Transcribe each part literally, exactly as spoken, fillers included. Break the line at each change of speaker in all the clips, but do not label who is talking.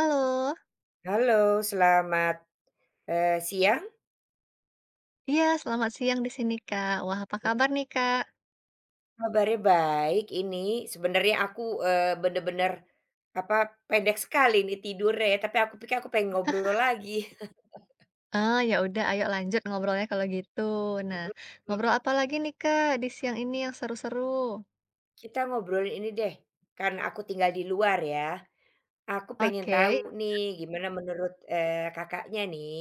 Halo.
Halo, selamat, eee, siang.
Iya, selamat siang di sini, Kak. Wah, apa kabar nih, Kak?
Kabarnya baik ini. Sebenarnya aku, eee, bener-bener, apa, pendek sekali nih tidurnya ya, tapi aku pikir aku pengen ngobrol lagi.
Ah, ya udah, ayo lanjut ngobrolnya kalau gitu. Nah,
Mhm,
ngobrol apa lagi nih, Kak, di siang ini yang seru-seru?
kita ngobrolin ini deh, karena aku tinggal di luar ya, aku pengen tahu
Oke,
nih gimana menurut, eee, Kakaknya nih,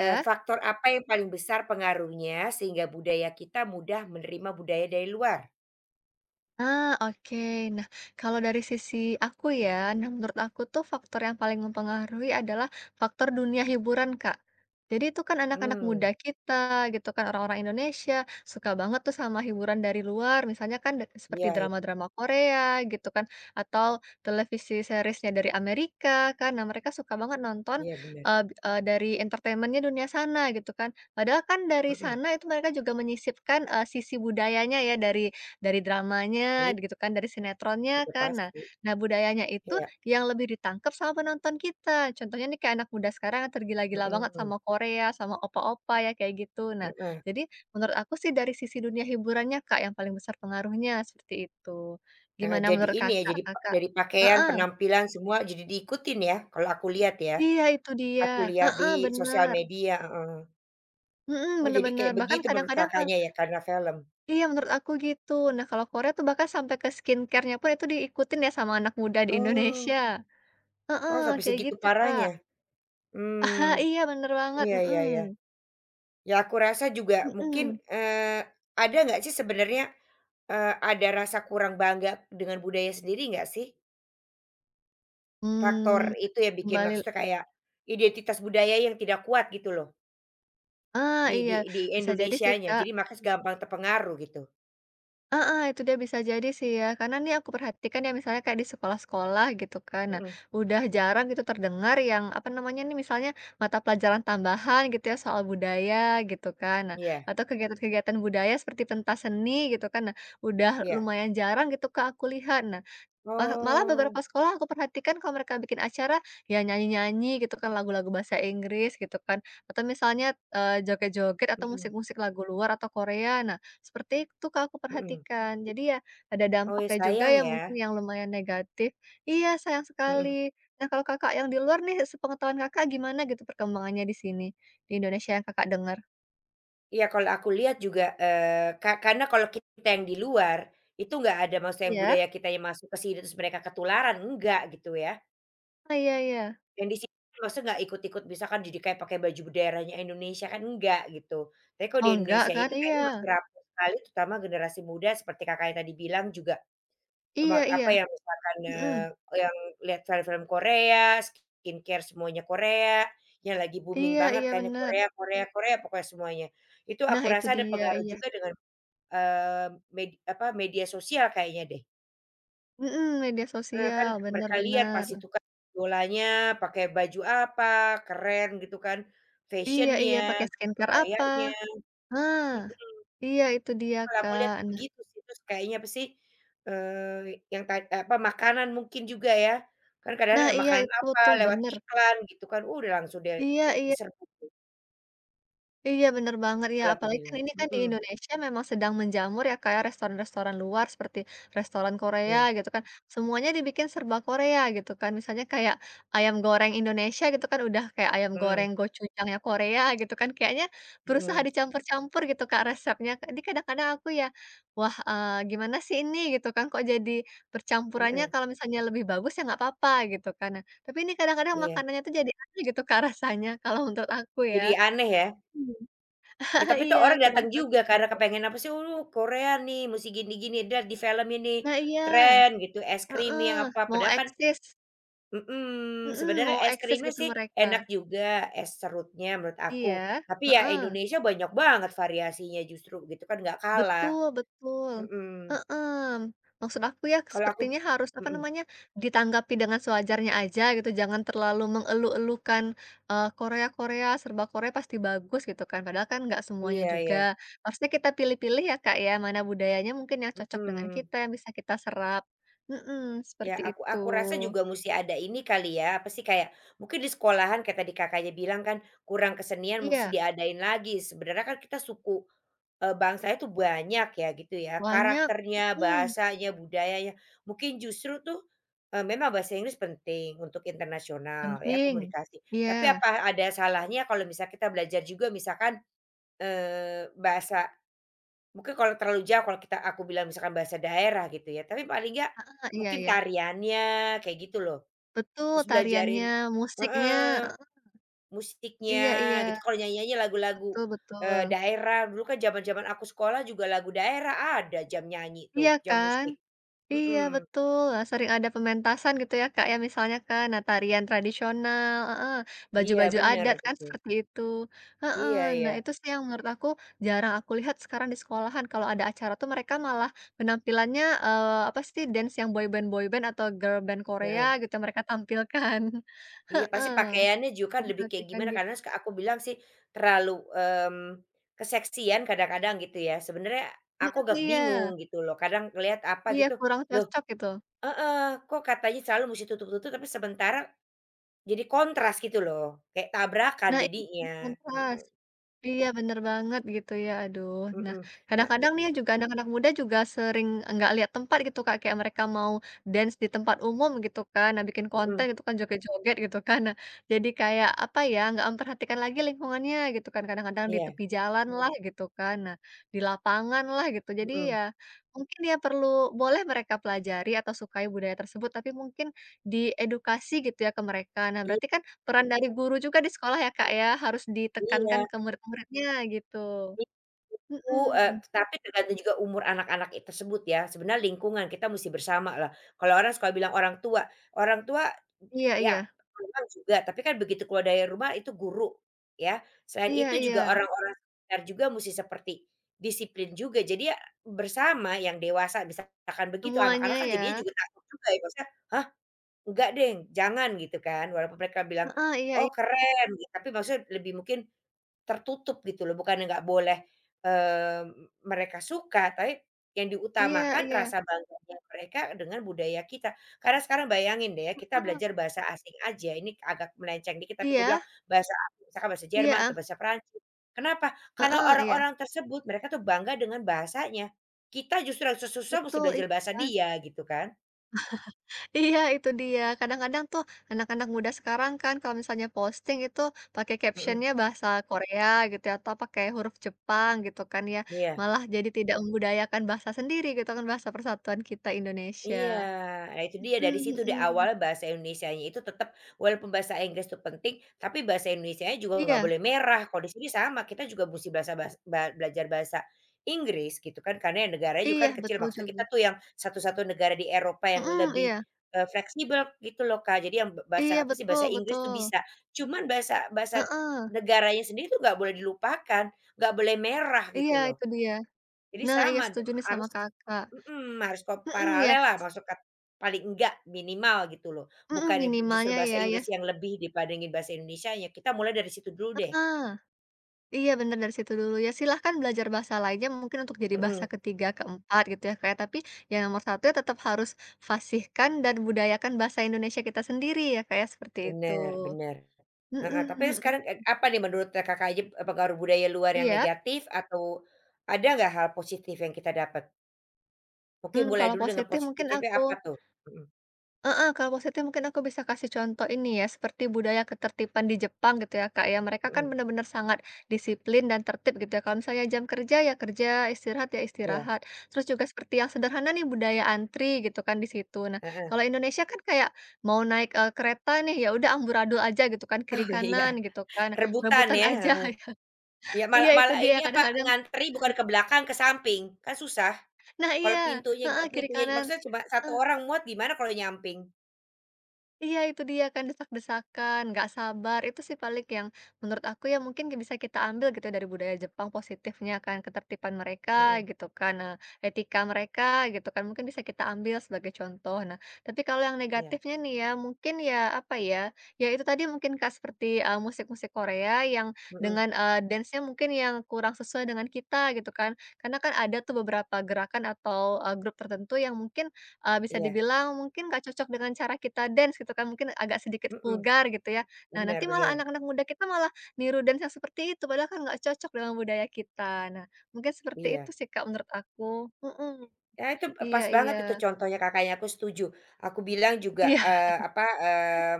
eee, faktor apa yang paling besar pengaruhnya sehingga budaya kita mudah menerima budaya dari luar?
Ah, oke. Nah, kalau dari sisi aku ya, nah menurut aku tuh faktor yang paling mempengaruhi adalah faktor dunia hiburan, Kak. Jadi itu kan anak-anak muda
Hmm.
kita gitu kan orang-orang Indonesia suka banget tuh sama hiburan dari luar, misalnya kan de- seperti
Iya iya
drama-drama Korea gitu kan atau televisi seriesnya dari Amerika kan. Nah, mereka suka banget nonton
iya bener,
eh, bi- eh, dari entertainmentnya dunia sana gitu kan. Padahal kan dari
mhm,
sana itu mereka juga menyisipkan eh, sisi budayanya ya dari dari dramanya
iya,
gitu kan, dari sinetronnya
udah
kan. Nah
pasti,
nah budayanya itu
iya.
yang lebih ditangkap sama penonton kita. Contohnya nih kayak anak muda sekarang yang tergila-gila banget
Mhm,
sama Korea, sama opa-opa ya kayak gitu. Nah
heeh
jadi menurut aku sih dari sisi dunia hiburannya Kak yang paling besar pengaruhnya, seperti itu.
heeh,
Gimana
jadi
menurut
ini ya,
Kakak
jadi pa
Kakak?
dari pakaian,
Heeh,
penampilan semua jadi diikutin ya, kalau aku lihat ya,
iya itu dia.
aku lihat di
Heeh,
sosial
benar.
media, heeh.
Mhm,
Oh jadi
benar-benar.
kayak
Bahkan
begitu menurut
kadang-kadang kan
Kakaknya ya karena film?
iya menurut aku gitu. Nah kalau Korea tuh bahkan sampai ke skincare-nya pun itu diikutin ya sama anak muda di Indonesia.
Oh oh
Heeh,
sampai
kayak
segitu
gitu, Kak.
parahnya?
Ah,
Mmm,
iya bener banget,
iya iya
mhm,
iya. Ya aku rasa juga mungkin,
mhm.
eee, ada nggak sih sebenarnya, eee, ada rasa kurang bangga dengan budaya sendiri nggak sih? Faktor
Mmm,
itu yang bikin
kembali
maksudnya kayak identitas budaya yang tidak kuat gitu loh?
ah,
Di
iya,
di di
bisa jadi sih,
Indonesianya,
Kak.
jadi maka gampang terpengaruh gitu?
Heeh, itu dia bisa jadi sih ya, karena nih aku perhatikan ya misalnya kayak di sekolah-sekolah gitu kan, nah
Mhm,
udah jarang gitu terdengar yang, apa namanya nih, misalnya mata pelajaran tambahan gitu ya soal budaya gitu kan, nah
iya
atau kegiatan-kegiatan budaya seperti pentas seni gitu kan, nah udah
iya.
lumayan jarang gitu, Kak, aku lihat. Nah Maha malah beberapa
Oh,
sekolah aku perhatikan kalau mereka bikin acara, ya nyanyi-nyanyi gitu kan lagu-lagu bahasa Inggris gitu kan, atau misalnya, eee, joget-joget atau
mhm
musik-musik lagu luar atau Korea. Nah, seperti itu Kak aku
mhm.
perhatikan. Jadi ya ada
Oh
dampak
ya
ya juga
sayang
ya
ya,
mungkin yang lumayan negatif. Iya sayang
mhm.
sekali. Nah kalau Kakak yang di luar nih sepengetahuan Kakak gimana gitu perkembangannya di sini, di Indonesia yang Kakak dengar?
Iya kalau aku lihat juga, eee, ka karena kalau kita yang di luar, itu nggak ada maksudnya yang
Iya?
budaya kita yang masuk ke sini terus mereka ketularan, enggak gitu ya.
Oh iya iya.
Yang di sini maksudnya nggak ikut-ikut misalkan jadi kayak pakai baju daerahnya Indonesia kan enggak gitu. Tapi kalau
Oh
di
enggak
Indonesia
kan?
itu
Iya.
kayaknya masih rapuh sekali terutama generasi muda seperti Kakaknya tadi bilang juga. Ema
Iya
apa
iya.
ya, misalkan,
Mhm.
eee, yang lihat film-film Korea, skincare semuanya Korea, yang lagi booming
Iya
banget
iya
kan ya
bener.
Korea Korea Korea pokoknya semuanya. Itu
Nah
aku
itu
rasa ada
dia,
pengaruh
iya.
juga dengan, eee, med apa, media sosial kayaknya deh.
Mhm, media
Eee, kan
sosial, bener
mereka lihat
bener.
pasti tuh kan idolanya pakai baju apa, keren gitu kan,
Iya iya,
fashionnya
pakai skincare apa?
gayanya,
ah
mhm.
iya itu dia,
Kalau aku
Kak.
lihatnya
Nah
begitu sih, terus kayaknya apa sih, eee, yang ta apa, makanan mungkin juga ya, kan
nah,
kadang-kadang ada
iya
makanan
itu
apa,
tuh,
lewat
bener.
iklan gitu kan, udah langsung deh
Iya iya.
diserbu tuh
Iya bener banget ya,
kalau aku
apalagi kan
bilang,
ini kan di
mhm,
Indonesia memang sedang menjamur ya kayak restoran-restoran luar seperti restoran Korea
iya,
gitu kan, semuanya dibikin serba Korea gitu kan. Misalnya kayak ayam goreng Indonesia gitu kan udah kayak ayam goreng
mhm
gochujangnya Korea gitu kan, kayaknya berusaha
mhm,
dicampur-campur gitu Kak resepnya. Jadi kadang-kadang aku ya, wah, eee, gimana sih ini gitu kan, kok jadi percampurannya
heeh,
kalau misalnya lebih bagus ya nggak apa-apa gitu kan. Nah, tapi ini kadang-kadang
iya.
makanannya tuh jadi aneh gitu Kak rasanya kalau menurut aku
Jadi
ya.
aneh ya, ya
Ah,
tapi tuh
iya,
orang
kurang
datang juga karena
cocok.
kepengen apa sih, "Uh, Korea nih mesti gini gini, lihat di film ini,
Nah, iya,
tren," gitu, es krimnya
heeh,
apa,
mau
padahal kan
eksis,
mhm,
mhm,
sebenarnya
mau
es
eksis
krimnya
gitu
sih
mereka.
enak juga, es serutnya menurut aku.
Iya,
Tapi ya
heeh,
Indonesia banyak banget variasinya justru gitu kan, nggak kalah.
betul betul,
Mhm,
heeh. Maksud aku ya
kalau aku
sepertinya harus, apa
mhm,
namanya, ditanggapi dengan sewajarnya aja gitu, jangan terlalu mengeluh-eluhkan, eee, Korea-Korea, serba Korea pasti bagus gitu kan, padahal kan nggak semuanya
iya iya,
juga. Harusnya kita pilih-pilih ya, Kak, ya, mana budayanya mungkin yang cocok dengan
mhm.
kita, yang bisa kita serap. Mhm,
Ya
seperti
aku
itu.
aku rasa juga musti ada ini kali ya, apa sih kayak mungkin di sekolahan kayak tadi Kakaknya bilang kan, kurang kesenian musti
Iya.
diadain lagi. Sebenarnya kan kita suku Eee, bangsanya tuh banyak ya gitu ya,
Banyak,
karakternya,
mhm,
bahasanya, budayanya. Mungkin justru tuh, eee, memang bahasa Inggris penting untuk internasional ya
penting.
komunikasi, tapi
Iya,
apa ada salahnya kalau misal kita belajar juga misalkan, eee, bahasa mungkin kalau terlalu jauh kalau kita aku bilang misalkan bahasa daerah gitu ya, tapi paling nggak
heeh, iya
mungkin
iya,
tariannya kayak gitu loh,
betul
terus belajarin
tariannya, musiknya,
heeh.
eee,
Musiknya
iya iya,
gitu, kalau nyanyi-nyanyi lagu-lagu,
betul
eee,
betul.
daerah dulu kan zaman-zaman aku sekolah juga lagu daerah ada jam nyanyi
Iya
tuh, jam
kan?
musik.
Iya
Mhm,
betul, eee, sering ada pementasan gitu ya, Kak, ya misalnya kan, nah tarian tradisional, heeh,
iya
baju-baju
bener
adat kan
gitu.
seperti itu, heeh.
Iya
Nah
iya,
itu sih yang menurut aku jarang aku lihat sekarang di sekolahan, kalau ada acara tuh mereka malah penampilannya, eee, apa sih, dance yang boyband-boyband atau girl band Korea
heeh.
gitu mereka tampilkan.
Iya pasti
Heeh,
pakaiannya juga
aku
kan lebih kayak
perhatikan
gimana
gitu.
karena suka aku bilang sih terlalu, mmm, keseksian kadang-kadang gitu ya, sebenarnya aku
Mhm,
agak
iya
bingung gitu loh, kadang ngelihat apa
iya
gitu,
kurang
loh
cocok gitu.
eh kok katanya selalu musti tutup-tutup tapi sementara jadi kontras gitu loh, kayak tabrakan
Nah itu
jadinya.
kontras. Iya bener banget gitu ya, aduh. Nah,
Mhm. Nah
kadang-kadang nih ya juga anak-anak muda juga sering nggak lihat tempat gitu Kak, kayak mereka mau dance di tempat umum gitu kan, nah bikin konten
mhm,
gitu kan, joget-joget gitu kan. Nah, jadi kayak apa ya, nggak memperhatikan lagi lingkungannya gitu kan, kadang-kadang di
iya,
tepi jalan lah gitu kan, nah di lapangan lah gitu. Jadi
mhm.
ya mungkin ya perlu, boleh mereka pelajari atau sukai budaya tersebut, tapi mungkin diedukasi gitu ya ke mereka. Nah
I
berarti kan Peran dari guru juga di sekolah ya, Kak, ya, harus ditekankan
iya,
ke murid-muridnya gitu.
itu, eee,
Mhm,
tapi tergantung juga umur anak-anak i tersebut ya, sebenarnya lingkungan kita musti bersamalah. Kalau orang suka bilang orang tua, orang tua
iya iya,
ya memang juga, tapi kan begitu keluar dari rumah itu guru ya. Selain
iya
itu juga
iya,
orang-orang sekitar juga musti seperti disiplin juga. Jadi ya bersama yang dewasa misalkan begitu, anak-anak
semuanya
kan
ya,
jadinya juga takut juga ya, maksudnya, "Hah? Enggak deh, jangan," gitu kan, walaupun mereka bilang,
heeh, iya i
"Oh keren," gitu, tapi maksudnya lebih mungkin tertutup gitu loh, bukannya nggak boleh, eee, mereka suka, tapi yang
iya
diutamakan
iya,
rasa bangganya mereka dengan budaya kita. Karena sekarang bayangin deh ya, kita
heeh,
belajar bahasa asing aja, ini agak melenceng dikit, tapi aku bilang
iya
bahasa asing, misalkan bahasa
iya,
Jerman atau
ah,
bahasa Perancis. Kenapa? Karena
heeh, iya,
orang-orang tersebut, mereka tuh bangga dengan bahasanya. Kita justru yang susah-susah mesti
betul
belajar
itu
bahasa
kan.
dia gitu kan.
Iya itu dia, kadang-kadang tuh anak-anak muda sekarang kan kalau misalnya posting itu pakai
Mhm,
caption-nya bahasa Korea gitu ya, atau pakai huruf Jepang gitu kan ya,
iya.
malah jadi tidak membudayakan bahasa sendiri gitu kan, bahasa persatuan kita Indonesia.
Iya, nah itu dia dari
Mhm
situ deh
mhm.
awal bahasa Indonesianya itu tetap walaupun bahasa Inggris itu penting, tapi bahasa Indonesianya juga nggak
Iya
boleh merah. Kalau di sini sama, kita juga mesti bahasa bahas ba belajar bahasa Inggris gitu kan, karena ya negaranya juga
iya,
kan kecil,
betul
maksudnya
juga.
kita tuh yang satu-satu negara di Eropa yang
Mhm,
lebih,
iya
eee, fleksibel gitu loh, Kak. Jadi yang ba
iya,
bahasa apa sih,
betul
bahasa Inggris tuh
betul.
bisa, cuman bahasa bahasa
Heeh,
negaranya sendiri tuh nggak boleh dilupakan, nggak boleh merah
iya
gitu loh.
itu dia.
Jadi
Nah, iya
sama dem
setuju nih sama
harus
Kakak.
mhm, harus ko
Mhm, ya
paralel lah masuk kat paling enggak minimal gitu loh.
mhm,
Bukan justru
minimalnya
bahasa
ya ya
Inggris yang lebih dibandingin bahasa Indonesia ya kita mulai dari situ dulu deh.
heeh, iya bener dari situ dulu ya silahkan belajar bahasa lainnya mungkin untuk jadi bahasa
Mhm,
ketiga, keempat gitu ya kayak. Tapi yang nomor satu ya tetap harus fasihkan dan budayakan bahasa Indonesia kita sendiri ya kayak seperti itu.
bener bener. Heeh, tapi
Mhm mhm.
sekarang e apa nih menurut e Kakak aja e pengaruh budaya luar yang
Iya?
negatif atau ada nggak hal positif yang kita dapat? Mungkin
Mmm,
mulai
kalau
dulu dengan
positif mungkin
positifnya
aku
apa tuh? Mhm
Heeh, kalau positif mungkin aku bisa kasih contoh ini ya, seperti budaya ketertiban di Jepang gitu ya, Kak, ya. Mereka kan
mhm,
benar-benar sangat disiplin dan tertib gitu ya. Kalau misalnya jam kerja ya kerja, istirahat ya
iya,
istirahat. Terus juga seperti yang sederhana nih budaya antri gitu kan di situ. Nah,
heeh.
kalau Indonesia kan kayak mau naik eh, kereta nih ya udah amburadul aja gitu kan kiri
Oh iya,
kanan gitu kan.
rebutan
Rebutan
ya,
aja.
heeh. Ya,
Iya,
malah
itu
malah ini
dia
apa,
kadang-kadang.
ngantri bukan ke belakang, ke samping, kan susah.
Nah,
Kalau
iya,
pintunya
heeh, kiri
pintunya
kanan.
maksudnya cuma satu orang muat gimana kalau nyamping?
Iya itu dia kan desak-desakan, nggak sabar, itu sih paling yang menurut aku ya mungkin bisa kita ambil gitu ya, dari budaya Jepang positifnya kan, ketertiban mereka
Mhm,
gitu kan, nah, etika mereka gitu kan, mungkin bisa kita ambil sebagai contoh. Nah, tapi kalau yang
iya,
negatifnya nih ya, mungkin ya apa ya, ya itu tadi mungkin Kak seperti uh, musik-musik Korea yang
mhm,
dengan uh, dance-nya mungkin yang kurang sesuai dengan kita gitu kan, karena kan ada tuh beberapa gerakan atau uh, grup tertentu yang mungkin Eee, bisa
iya,
dibilang mungkin nggak cocok dengan cara kita dance gitu kan, mungkin agak sedikit
mhm,
vulgar gitu ya. Nah,
benar
nanti malah
bener,
anak-anak muda kita malah niru dance yang seperti itu, padahal kan nggak cocok dengan budaya kita. Nah, mungkin seperti itu
iya.
sih, Kak, menurut aku. Mhm.
Ya itu
Iya
pas
iya.
banget itu contohnya Kakaknya, aku setuju. Aku bilang juga,
Iya.
eee, apa, eee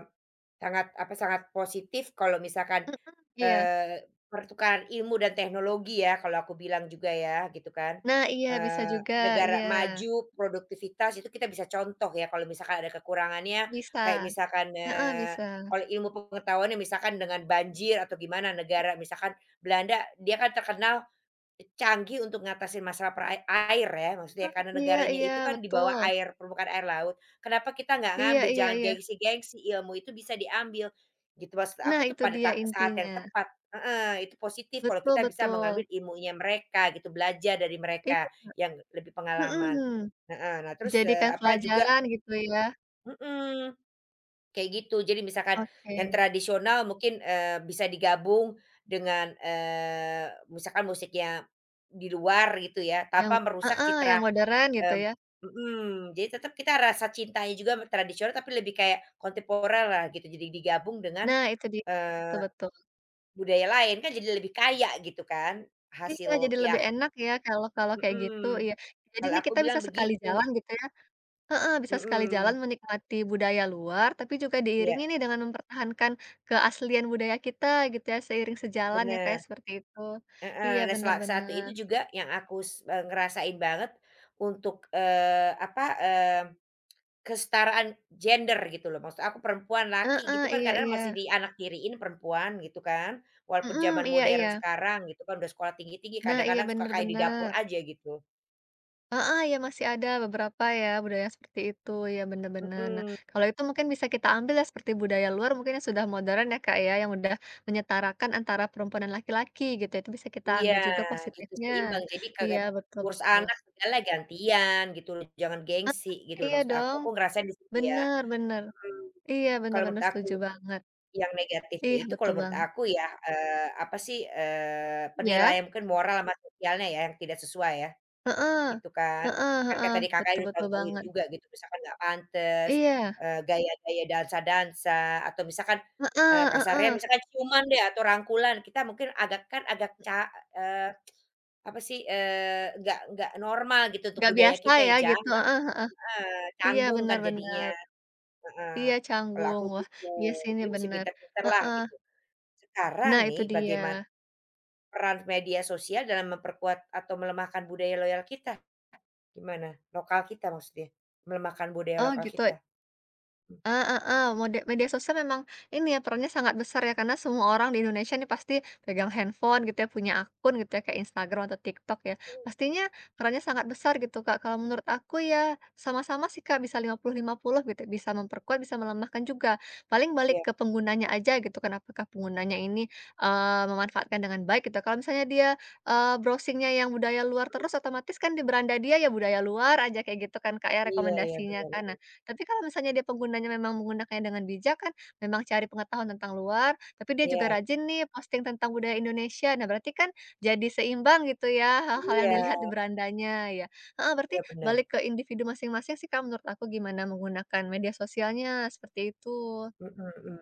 sangat apa, sangat positif kalau misalkan,
Mhm, iya.
eee, pertukaran ilmu dan teknologi ya kalau aku bilang juga ya gitu kan,
Nah, iya bisa
eee,
juga,
negara
iya.
maju, produktivitas itu kita bisa contoh ya kalau misalkan ada kekurangannya
Bisa.
kayak misalkan,
Heeh,
eee,
bisa.
kalau ilmu pengetahuannya misalkan dengan banjir atau gimana negara misalkan Belanda dia kan terkenal canggih untuk ngatasin masalah perae air ya, maksudnya
Heeh,
karena
iya
negaranya
iya,
itu kan di bawah
betul.
air, permukaan air laut. Kenapa kita nggak
Iya
ngambil,
iya
jangan
iya.
gengsi-gengsi, ilmu itu bisa diambil, gitu maksud
Nah,
aku tuh
itu
pada
dia
ta saat yang
intinya.
tepat heeh, itu positif kalau
Betul
kita bisa
betul.
mengambil ilmunya mereka gitu, belajar dari mereka
Iya,
yang lebih pengalaman.
mhm.
Heeh, nah terus, eee,
Dijadikan
apa juga
pelajaran gitu ya.
mhm. Kayak gitu. Jadi misalkan
Oke,
yang tradisional mungkin, eee, bisa digabung dengan, eee, misalkan musiknya di luar gitu ya,
yang
tanpa merusak
heeh, yang
citra,
modern gitu
mmm
ya.
mhm, jadi tetap kita rasa cintanya juga sama tradisional tapi lebih kayak kontemporer lah gitu. Jadi digabung dengan,
Nah itu dia, betul
eee,
betul.
budaya lain kan jadi lebih kaya gitu kan
Iya
hasil
jadi
ya
lebih enak ya kalau kalau kayak gitu,
mhm,
iya. Jadi
kalau
nih
aku
kita
bilang
bisa sekali
begitu.
jalan gitu ya heeh, bisa sekali jalan
Mhm,
menikmati budaya luar, tapi juga diiringi
iya,
nih dengan mempertahankan keaslian budaya kita gitu ya, seiring sejalan ya kayak
benar.
seperti itu.
Heeh,
Iya
nah sela satu
benar-benar.
itu juga yang aku s eee, ngerasain banget untuk, eee, apa, eee, kesetaraan gender gitu loh. Maksud aku perempuan,
bener.
laki
Heeh,
gitu kan
iya
kadang
iya.
masih dianak tiriin perempuan gitu kan, walaupun
Mhm,
zaman
iya
modern
iya.
sekarang gitu kan udah sekolah tinggi-tinggi
Nah iya,
kadang-kadang suka kayak di dapur
benar-benar.
aja gitu.
Heeh, ya masih ada beberapa ya budaya seperti itu, ya bener-bener. Nah,
Mhm,
kalau itu mungkin bisa kita ambil ya seperti budaya luar mungkin yang sudah modern ya Kak ya, yang udah menyetarakan antara perempuan dan laki-laki gitu, itu bisa kita
iya
ambil juga
gitu
positifnya.
seimbang jadi
Iya
kagak
betul
ngurus
betul.
anak segala gantian gitu loh, jangan
Heeh,
gengsi gitu loh
iya
maksud aku.
dong,
Aku ngerasain di situ ya,
bener bener.
mhm,
Iya
kalau
bener-bener
menurut aku.
setuju banget.
Yang negatifnya
Iya
itu kalau
betul
menurut
banget.
aku ya, eee, apa sih, eee,
Ya?
penilaian mungkin moral sama sosialnya ya yang tidak sesuai ya,
Heeh.
gitu kan.
Heeh
Kan kayak
heeh,
tadi Kakak
betul
udah
betul
contohin
banget.
juga gitu, misalkan nggak pantes,
Iya,
eee, gaya-gaya dansa-dansa, atau misalkan, eee,
heeh
kasarnya
heeh.
misalkan ciuman deh atau rangkulan, kita mungkin agak kan agak ca eee, apa sih, eee, nggak nggak normal gitu untuk
Nggak
budaya
biasa
kita ya,
ya gitu,
jangan,
heeh heeh. Iya
canggung kan jadinya,
benar-benar
heeh.
Iya,
Kalau
canggung.
aku
Wah,
gitu,
iya sih ini
jadi mesti
bener.
pinter-pinter lah
Heeh.
gitu. Sekarang
Nah, itu
nih bagaimana
dia.
peran media sosial dalam memperkuat atau melemahkan budaya loyal kita? Gimana? Lokal kita maksudnya, melemahkan budaya
Oh,
lokal
gitu.
kita? Mmm,
Ah, ah, ah. mode media sosial memang ini ya, perannya sangat besar ya, karena semua orang di Indonesia nih pasti pegang handphone gitu ya, punya akun gitu ya, kayak Instagram atau TikTok ya. Pastinya perannya sangat besar gitu, Kak. Kalau menurut aku ya sama-sama sih, Kak, bisa lima puluh lima puluh gitu, bisa memperkuat, bisa melemahkan juga. Paling balik
iya
ke penggunanya aja gitu kan, apakah penggunanya ini, eee, memanfaatkan dengan baik gitu. Kalau misalnya dia, eee, browsing yang budaya luar terus, otomatis kan di beranda dia ya budaya luar aja kayak gitu kan, Kak, ya
iya iya
rekomendasinya kan.
bener,
Tapi kalau misalnya dia penggunanya memang menggunakannya dengan bijak kan, memang cari pengetahuan tentang luar, tapi dia juga
iya
rajin nih posting tentang budaya Indonesia. Nah, berarti kan jadi seimbang gitu ya hal-hal yang
iya
dilihat di berandanya ya. Heeh, berarti
iya bener,
balik ke individu masing-masing sih, Kak, menurut aku gimana menggunakan media sosialnya, seperti itu.
mhm mhm.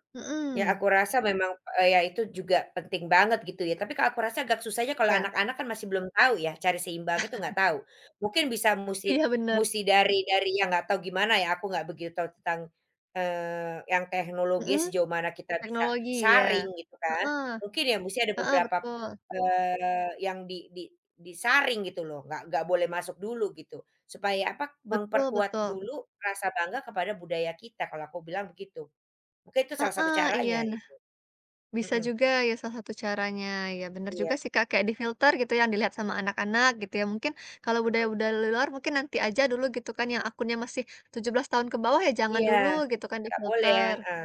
Ya
Mhm,
aku rasa memang, eee, ya itu juga penting banget gitu ya, tapi kalau aku rasa agak susahnya kalau
iya.
anak-anak kan masih belum tahu ya, cari seimbang itu nggak tahu. Mungkin bisa musti
Iya, bener.
musti dari dari yang nggak tahu gimana ya, aku nggak begitu tahu tentang, eee, yang teknologinya
Mhm,
sejauh mana kita bisa
teknologi, ya.
sharing gitu kan.
Heeh
Mungkin ya musti ada
heeh,
beberapa,
betul.
eee, yang di di disaring gitu loh, nggak nggak boleh masuk dulu gitu, supaya apa,
Betul
memperkuat
betul.
dulu rasa bangga kepada budaya kita, kalau aku bilang begitu. Mungkin itu salah satu
Heeh, iya,
caranya
nah,
gitu,
bisa
mhm,
juga ya salah satu caranya, ya bener juga
iya
sih Kak, kayak difilter gitu ya, yang dilihat sama anak-anak gitu ya, mungkin kalau budaya-budaya luar mungkin nanti aja dulu gitu kan yang akunnya masih tujuh belas tahun ke bawah ya jangan
iya,
dulu gitu kan
nggak boleh,
difilter.
heeh.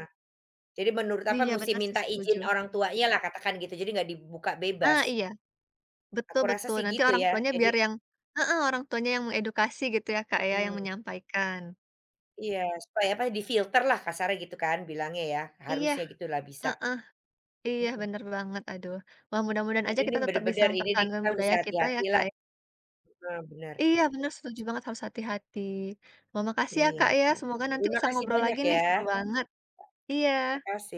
Jadi menurut apa,
Iya
musti
benar sih
minta
setuju.
izin orang tuanya lah katakan gitu, jadi nggak dibuka bebas.
Ah iya, betul
Aku rasa
betul,
sih
nanti
gitu
orang
ya,
tuanya
jadi
biar yang heeh, orang tuanya yang mengedukasi gitu ya Kak ya, yang
mhm,
menyampaikan.
iya, supaya apa, difilter lah kasarnya gitu kan bilangnya ya,
Iya,
harusnya gitu lah bisa,
heeh, iya
mhm.
bener banget aduh. Wah mudah-mudahan
Jadi
aja
ini
kita tetap bisa
bener-bener ini nih
mempertahankan
kita musti
budaya kita ya
hati-hati
Kak
lah,
ya.
heeh, bener.
Iya bener, setuju banget harus hati-hati. Wah makasih ya
Iya,
Kak ya,
nah,
semoga nanti
terima
bisa
kasih
ngobrol lagi
banyak
nih.
ya,
Iya. seru banget. Iya.
terima kasih.